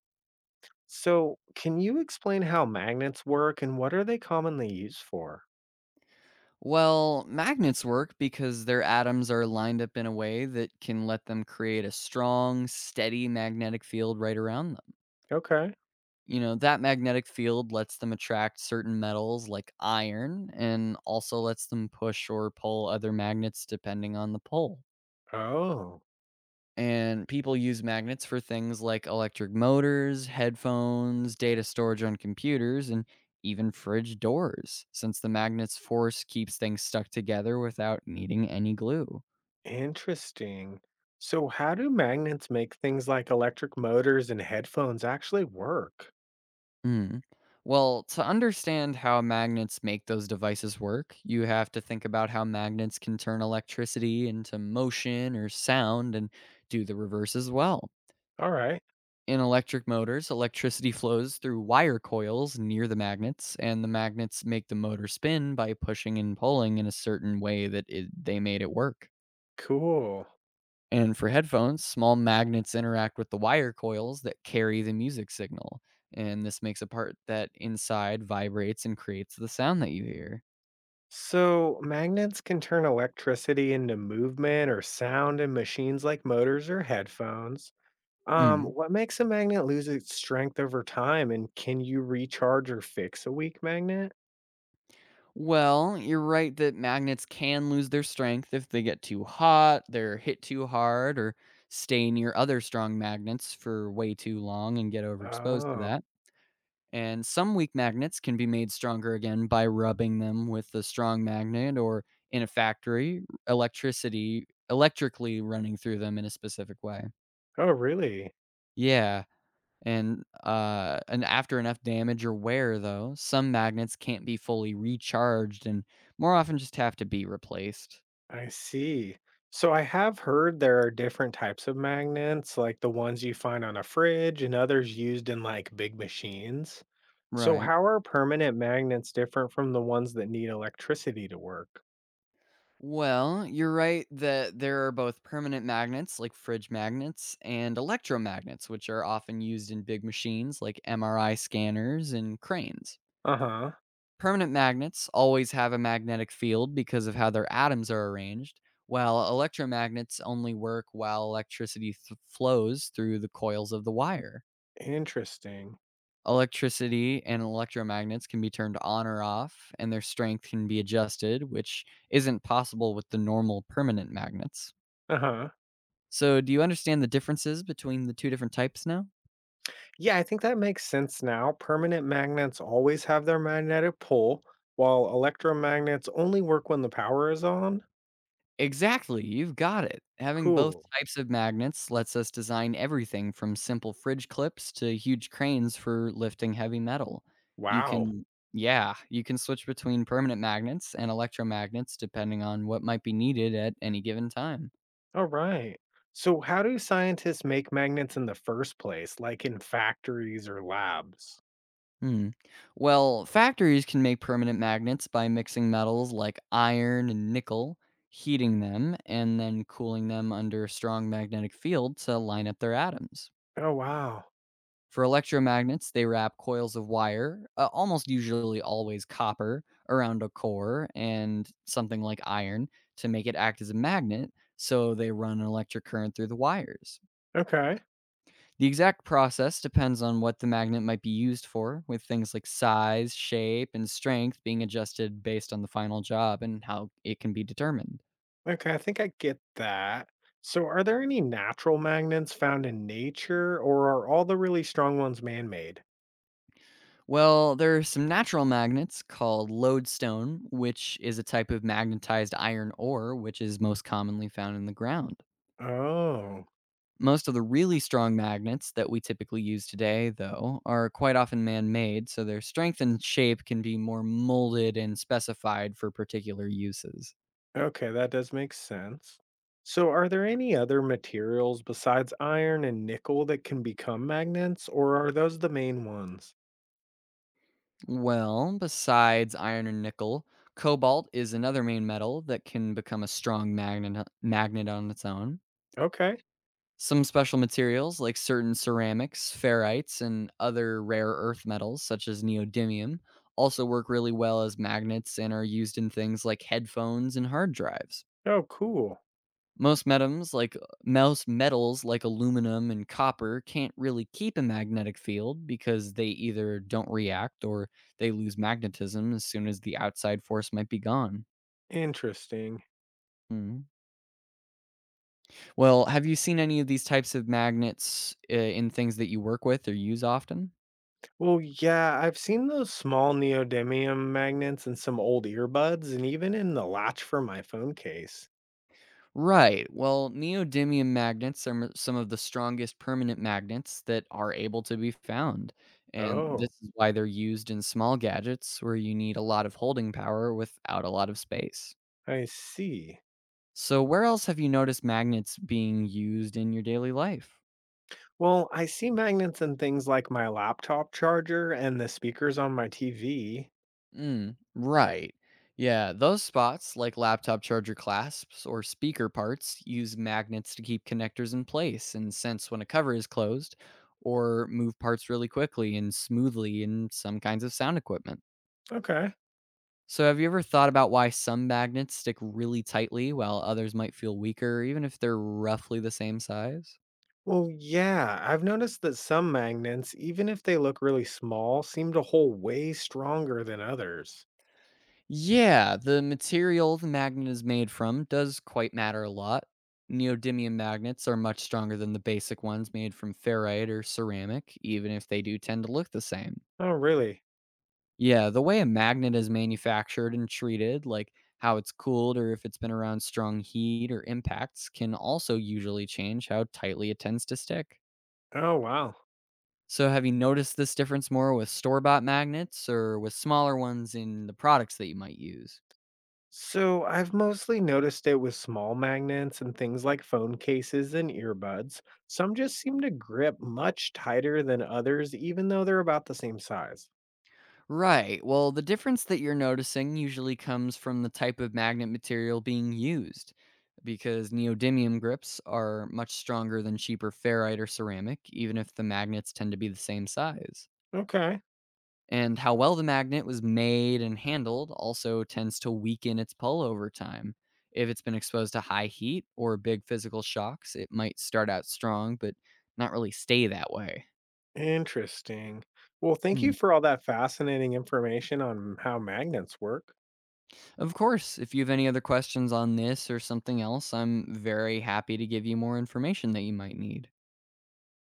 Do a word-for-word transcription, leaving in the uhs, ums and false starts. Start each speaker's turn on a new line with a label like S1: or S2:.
S1: So, can you explain how magnets work and what are they commonly used for?
S2: Well, magnets work because their atoms are lined up in a way that can let them create a strong, steady magnetic field right around them.
S1: Okay.
S2: You know, that magnetic field lets them attract certain metals like iron and also lets them push or pull other magnets depending on the pull.
S1: Oh,
S2: And people use magnets for things like electric motors, headphones, data storage on computers, and even fridge doors, since the magnet's force keeps things stuck together without needing any glue.
S1: interesting. So, how do magnets make things like electric motors and headphones actually work?
S2: Mm. Well, to understand how magnets make those devices work, you have to think about how magnets can turn electricity into motion or sound and do the reverse as well.
S1: All right.
S2: In electric motors, electricity flows through wire coils near the magnets, and the magnets make the motor spin by pushing and pulling in a certain way that it, they made it work.
S1: Cool.
S2: And for headphones, small magnets interact with the wire coils that carry the music signal. And this makes a part that inside vibrates and creates the sound that you hear.
S1: So, magnets can turn electricity into movement or sound in machines like motors or headphones. Um,
S2: Mm.
S1: what makes a magnet lose its strength over time, and can you recharge or fix a weak magnet?
S2: Well, you're right that magnets can lose their strength if they get too hot, they're hit too hard, or stay near other strong magnets for way too long and get overexposed to
S1: Oh,
S2: that. And some weak magnets can be made stronger again by rubbing them with a strong magnet or in a factory, electricity electrically running through them in a specific way.
S1: oh, really?
S2: Yeah. And uh and after enough damage or wear though, some magnets can't be fully recharged and more often just have to be replaced.
S1: I see. So I have heard there are different types of magnets, like the ones you find on a fridge and others used in like big machines. So
S2: Right.
S1: how are permanent magnets different from the ones that need electricity to work?
S2: Well, you're right that there are both permanent magnets, like fridge magnets, and electromagnets, which are often used in big machines like M R I scanners and cranes.
S1: Uh-huh.
S2: Permanent magnets always have a magnetic field because of how their atoms are arranged, while electromagnets only work while electricity th- flows through the coils of the wire.
S1: Interesting.
S2: Electricity and electromagnets can be turned on or off, and their strength can be adjusted, which isn't possible with the normal permanent magnets.
S1: Uh-huh.
S2: So, do you understand the differences between the two different types now?
S1: Yeah, I think that makes sense now. Permanent magnets always have their magnetic pull, while electromagnets only work when the power is on.
S2: Exactly, you've got it. Having both
S1: Cool.
S2: types of magnets lets us design everything from simple fridge clips to huge cranes for lifting heavy metal. You
S1: Wow.
S2: can, yeah, you can switch between permanent magnets and electromagnets depending on what might be needed at any given time.
S1: All right. So, how do scientists make magnets in the first place, like in factories or labs?
S2: Hmm. Well, factories can make permanent magnets by mixing metals like iron and nickel, heating them, and then cooling them under a strong magnetic field to line up their atoms.
S1: Oh, wow.
S2: For electromagnets, they wrap coils of wire, uh, almost usually always copper, around a core and something like iron to make it act as a magnet, so they run an electric current through the wires.
S1: Okay.
S2: The exact process depends on what the magnet might be used for, with things like size, shape, and strength being adjusted based on the final job and how it can be determined.
S1: Okay, I think I get that. So, are there any natural magnets found in nature, or are all the really strong ones man made?
S2: Well, there are some natural magnets called lodestone, which is a type of magnetized iron ore, which is most commonly found in the ground.
S1: Oh,
S2: Most of the really strong magnets that we typically use today, though, are quite often man made, so their strength and shape can be more molded and specified for particular uses.
S1: okay. That does make sense. So, are there any other materials besides iron and nickel that can become magnets, or are those the main ones?
S2: Well, besides iron and nickel, cobalt is another main metal that can become a strong magnet magnet on its own.
S1: Okay.
S2: Some special materials like certain ceramics, ferrites, and other rare earth metals such as neodymium also work really well as magnets and are used in things like headphones and hard drives.
S1: Oh, cool.
S2: Most metals, like most metals like aluminum and copper, can't really keep a magnetic field because they either don't react or they lose magnetism as soon as the outside force might be gone.
S1: Interesting.
S2: Mm. Well, have you seen any of these types of magnets uh, in things that you work with or use often?
S1: Well, yeah, I've seen those small neodymium magnets in some old earbuds and even in the latch for my phone case.
S2: Right. Well, neodymium magnets are m- some of the strongest permanent magnets that are able to be found. And this
S1: Oh,
S2: is why they're used in small gadgets where you need a lot of holding power without a lot of space.
S1: I see.
S2: So, where else have you noticed magnets being used in your daily life?
S1: Well, I see magnets in things like my laptop charger and the speakers on my T V.
S2: Mm, right. Yeah, those spots, like laptop charger clasps or speaker parts, use magnets to keep connectors in place and sense when a cover is closed or move parts really quickly and smoothly in some kinds of sound equipment.
S1: Okay.
S2: So, have you ever thought about why some magnets stick really tightly while others might feel weaker, even if they're roughly the same size?
S1: Well, yeah, I've noticed that some magnets, even if they look really small, seem to hold way stronger than others.
S2: Yeah, the material the magnet is made from does quite matter a lot. Neodymium magnets are much stronger than the basic ones made from ferrite or ceramic, even if they do tend to look the same.
S1: Oh, really?
S2: Yeah, the way a magnet is manufactured and treated, like how it's cooled or if it's been around strong heat or impacts, can also usually change how tightly it tends to stick.
S1: Oh, wow.
S2: So, have you noticed this difference more with store bought magnets or with smaller ones in the products that you might use?
S1: So I've mostly noticed it with small magnets and things like phone cases and earbuds. Some just seem to grip much tighter than others, even though they're about the same size.
S2: Right. Well, the difference that you're noticing usually comes from the type of magnet material being used, because neodymium grips are much stronger than cheaper ferrite or ceramic, even if the magnets tend to be the same size.
S1: Okay.
S2: And how well the magnet was made and handled also tends to weaken its pull over time. If it's been exposed to high heat or big physical shocks, it might start out strong, but not really stay that way.
S1: Interesting. Well, thank you
S2: Hmm.
S1: for all that fascinating information on how magnets work.
S2: Of course, if you have any other questions on this or something else, I'm very happy to give you more information that you might need.